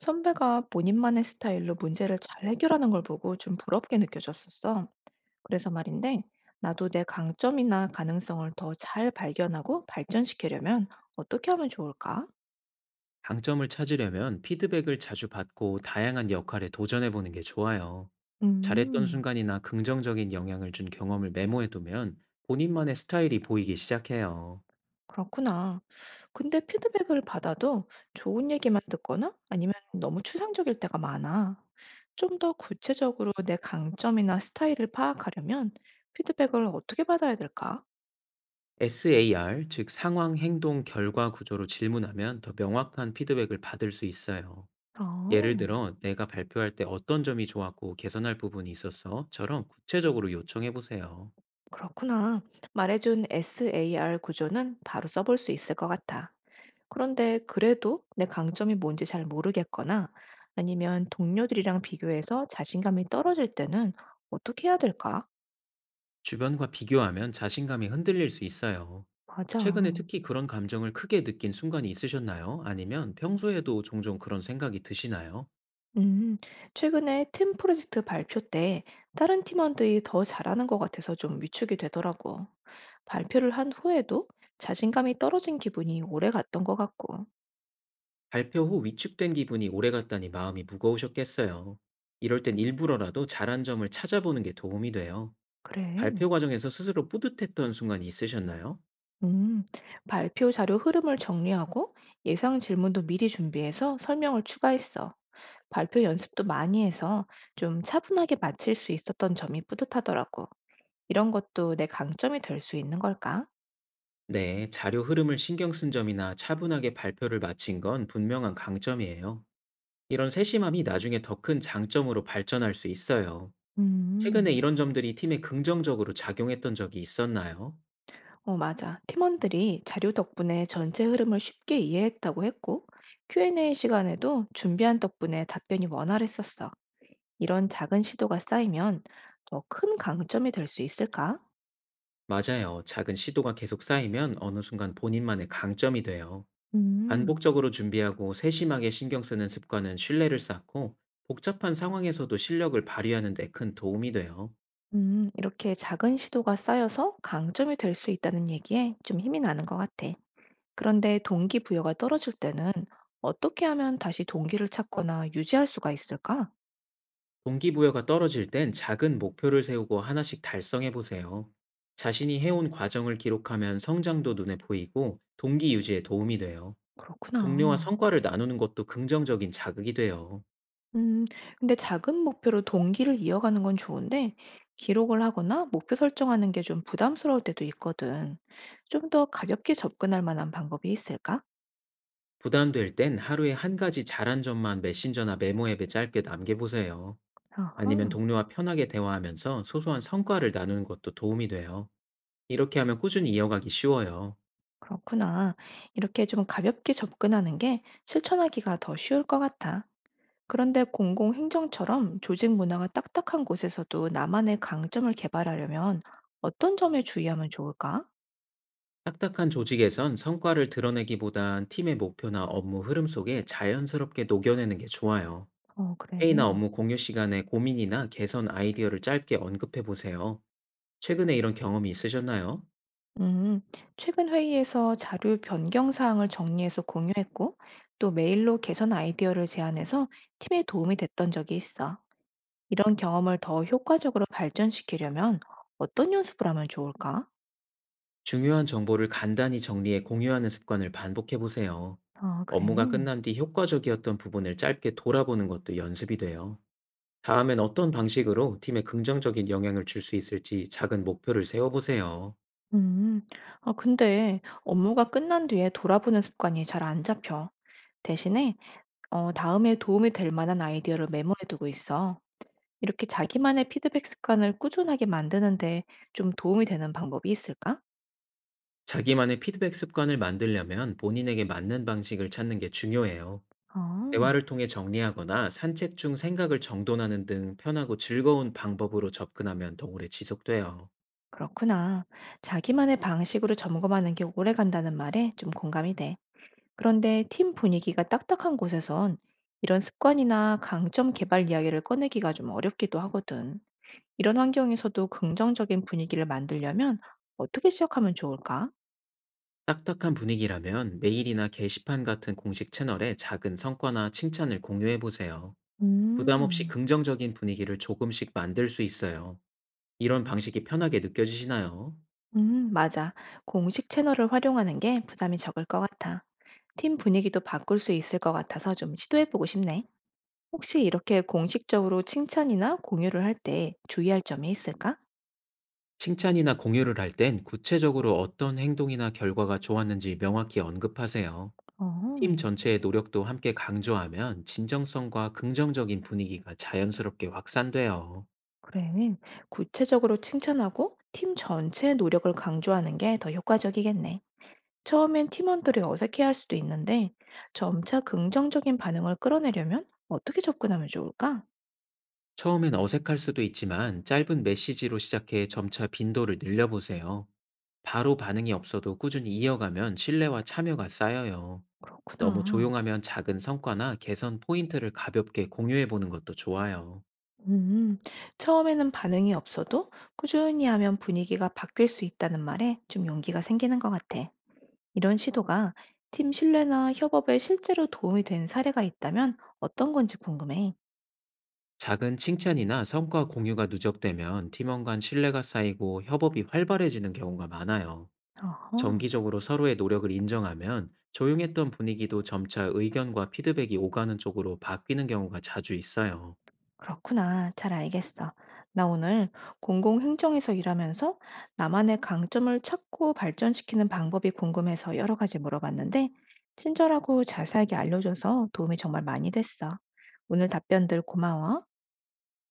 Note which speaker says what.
Speaker 1: 선배가 본인만의 스타일로 문제를 잘 해결하는 걸 보고 좀 부럽게 느껴졌었어. 그래서 말인데, 나도 내 강점이나 가능성을 더 잘 발견하고 발전시키려면 어떻게 하면 좋을까?
Speaker 2: 강점을 찾으려면 피드백을 자주 받고 다양한 역할에 도전해보는 게 좋아요. 잘했던
Speaker 1: 음,
Speaker 2: 순간이나 긍정적인 영향을 준 경험을 메모해두면 본인만의 스타일이 보이기 시작해요.
Speaker 1: 그렇구나. 근데 피드백을 받아도 좋은 얘기만 듣거나 아니면 너무 추상적일 때가 많아. 좀 더 구체적으로 내 강점이나 스타일을 파악하려면 피드백을 어떻게 받아야 될까?
Speaker 2: SAR, 즉 상황, 행동, 결과 구조로 질문하면 더 명확한 피드백을 받을 수 있어요. 예를
Speaker 1: 아.
Speaker 2: 들어, 내가 발표할 때 어떤 점이 좋았고 개선할 부분이 있었어?처럼 구체적으로 요청해보세요.
Speaker 1: 그렇구나. 말해준 SAR 구조는 바로 써볼 수 있을 것 같아. 그런데 그래도 내 강점이 뭔지 잘 모르겠거나 아니면 동료들이랑 비교해서 자신감이 떨어질 때는 어떻게 해야 될까?
Speaker 2: 주변과 비교하면 자신감이 흔들릴 수 있어요.
Speaker 1: 맞아.
Speaker 2: 최근에 특히 그런 감정을 크게 느낀 순간이 있으셨나요? 아니면 평소에도 종종 그런 생각이 드시나요?
Speaker 1: 음, 최근에 팀 프로젝트 발표 때 다른 팀원들이 더 잘하는 것 같아서 좀 위축이 되더라고. 발표를 한 후에도 자신감이 떨어진 기분이 오래 갔던 것 같고.
Speaker 2: 발표 후 위축된 기분이 오래갔다니 마음이 무거우셨겠어요. 이럴 땐 일부러라도 잘한 점을 찾아보는 게 도움이 돼요.
Speaker 1: 그래.
Speaker 2: 발표 과정에서 스스로 뿌듯했던 순간이 있으셨나요?
Speaker 1: 음, 발표 자료 흐름을 정리하고 예상 질문도 미리 준비해서 설명을 추가했어. 발표 연습도 많이 해서 좀 차분하게 마칠 수 있었던 점이 뿌듯하더라고. 이런 것도 내 강점이 될 수 있는 걸까?
Speaker 2: 네, 자료 흐름을 신경 쓴 점이나 차분하게 발표를 마친 건 분명한 강점이에요. 이런 세심함이 나중에 더 큰 장점으로 발전할 수 있어요. 최근에
Speaker 1: 음,
Speaker 2: 이런 점들이 팀에 긍정적으로 작용했던 적이 있었나요?
Speaker 1: 어, 맞아. 팀원들이 자료 덕분에 전체 흐름을 쉽게 이해했다고 했고, Q&A 시간에도 준비한 덕분에 답변이 원활했었어. 이런 작은 시도가 쌓이면 더 큰 강점이 될 수 있을까?
Speaker 2: 맞아요. 작은 시도가 계속 쌓이면 어느 순간 본인만의 강점이 돼요.
Speaker 1: 음.
Speaker 2: 반복적으로 준비하고 세심하게 신경 쓰는 습관은 신뢰를 쌓고 복잡한 상황에서도 실력을 발휘하는 데 큰 도움이 돼요.
Speaker 1: 이렇게 작은 시도가 쌓여서 강점이 될 수 있다는 얘기에 좀 힘이 나는 것 같아. 그런데 동기부여가 떨어질 때는 어떻게 하면 다시 동기를 찾거나 유지할 수가 있을까?
Speaker 2: 동기부여가 떨어질 땐 작은 목표를 세우고 하나씩 달성해 보세요. 자신이 해온 과정을 기록하면 성장도 눈에 보이고 동기 유지에 도움이 돼요.
Speaker 1: 그렇구나.
Speaker 2: 동료와 성과를 나누는 것도 긍정적인 자극이 돼요.
Speaker 1: 음, 근데 작은 목표로 동기를 이어가는 건 좋은데, 기록을 하거나 목표 설정하는 게 좀 부담스러울 때도 있거든. 좀 더 가볍게 접근할 만한 방법이 있을까?
Speaker 2: 부담될 땐 하루에 한 가지 잘한 점만 메신저나 메모 앱에 짧게 남겨보세요. 아니면
Speaker 1: 아하,
Speaker 2: 동료와 편하게 대화하면서 소소한 성과를 나누는 것도 도움이 돼요. 이렇게 하면 꾸준히 이어가기 쉬워요.
Speaker 1: 그렇구나. 이렇게 좀 가볍게 접근하는 게 실천하기가 더 쉬울 것 같아. 그런데 공공행정처럼 조직 문화가 딱딱한 곳에서도 나만의 강점을 개발하려면 어떤 점에 주의하면 좋을까?
Speaker 2: 딱딱한 조직에선 성과를 드러내기보단 팀의 목표나 업무 흐름 속에 자연스럽게 녹여내는 게 좋아요.
Speaker 1: 어, 그래.
Speaker 2: 회의나 업무 공유 시간에 고민이나 개선 아이디어를 짧게 언급해 보세요. 최근에 이런 경험이 있으셨나요?
Speaker 1: 음, 최근 회의에서 자료 변경 사항을 정리해서 공유했고, 또 메일로 개선 아이디어를 제안해서 팀에 도움이 됐던 적이 있어. 이런 경험을 더 효과적으로 발전시키려면 어떤 연습을 하면 좋을까?
Speaker 2: 중요한 정보를 간단히 정리해 공유하는 습관을 반복해 보세요.
Speaker 1: 아, 그래.
Speaker 2: 업무가 끝난 뒤 효과적이었던 부분을 짧게 돌아보는 것도 연습이 돼요. 다음엔 어떤 방식으로 팀에 긍정적인 영향을 줄 수 있을지 작은 목표를 세워보세요.
Speaker 1: 음, 아, 근데 업무가 끝난 뒤에 돌아보는 습관이 잘 안 잡혀. 대신에 어, 다음에 도움이 될 만한 아이디어를 메모해두고 있어. 이렇게 자기만의 피드백 습관을 꾸준하게 만드는데 좀 도움이 되는 방법이 있을까?
Speaker 2: 자기만의 피드백 습관을 만들려면 본인에게 맞는 방식을 찾는 게 중요해요.
Speaker 1: 아,
Speaker 2: 대화를 통해 정리하거나 산책 중 생각을 정돈하는 등 편하고 즐거운 방법으로 접근하면 더 오래 지속돼요.
Speaker 1: 그렇구나. 자기만의 방식으로 점검하는 게 오래 간다는 말에 좀 공감이 돼. 그런데 팀 분위기가 딱딱한 곳에선 이런 습관이나 강점 개발 이야기를 꺼내기가 좀 어렵기도 하거든. 이런 환경에서도 긍정적인 분위기를 만들려면 어떻게 시작하면 좋을까?
Speaker 2: 딱딱한 분위기라면 메일이나 게시판 같은 공식 채널에 작은 성과나 칭찬을 공유해보세요. 부담 없이
Speaker 1: 음.
Speaker 2: 긍정적인 분위기를 조금씩 만들 수 있어요. 이런 방식이 편하게 느껴지시나요?
Speaker 1: 맞아. 공식 채널을 활용하는 게 부담이 적을 것 같아. 팀 분위기도 바꿀 수 있을 것 같아서 좀 시도해보고 싶네. 혹시 이렇게 공식적으로 칭찬이나 공유를 할 때 주의할 점이 있을까?
Speaker 2: 칭찬이나 공유를 할 땐 구체적으로 어떤 행동이나 결과가 좋았는지 명확히 언급하세요.
Speaker 1: 어,
Speaker 2: 팀 전체의 노력도 함께 강조하면 진정성과 긍정적인 분위기가 자연스럽게 확산돼요.
Speaker 1: 그래. 구체적으로 칭찬하고 팀 전체의 노력을 강조하는 게 더 효과적이겠네. 처음엔 팀원들이 어색해할 수도 있는데 점차 긍정적인 반응을 끌어내려면 어떻게 접근하면 좋을까?
Speaker 2: 처음엔 어색할 수도 있지만 짧은 메시지로 시작해 점차 빈도를 늘려보세요. 바로 반응이 없어도 꾸준히 이어가면 신뢰와 참여가 쌓여요. 너무
Speaker 1: 그렇구나.
Speaker 2: 조용하면 작은 성과나 개선 포인트를 가볍게 공유해 보는 것도 좋아요.
Speaker 1: 음, 처음에는 반응이 없어도 꾸준히 하면 분위기가 바뀔 수 있다는 말에 좀 용기가 생기는 것 같아. 이런 시도가 팀 신뢰나 협업에 실제로 도움이 된 사례가 있다면 어떤 건지 궁금해.
Speaker 2: 작은 칭찬이나 성과 공유가 누적되면 팀원 간 신뢰가 쌓이고 협업이 활발해지는 경우가 많아요.
Speaker 1: 어허,
Speaker 2: 정기적으로 서로의 노력을 인정하면 조용했던 분위기도 점차 의견과 피드백이 오가는 쪽으로 바뀌는 경우가 자주 있어요.
Speaker 1: 그렇구나. 잘 알겠어. 나 오늘 공공행정에서 일하면서 나만의 강점을 찾고 발전시키는 방법이 궁금해서 여러 가지 물어봤는데, 친절하고 자세하게 알려줘서 도움이 정말 많이 됐어. 오늘 답변들 고마워.
Speaker 2: 네.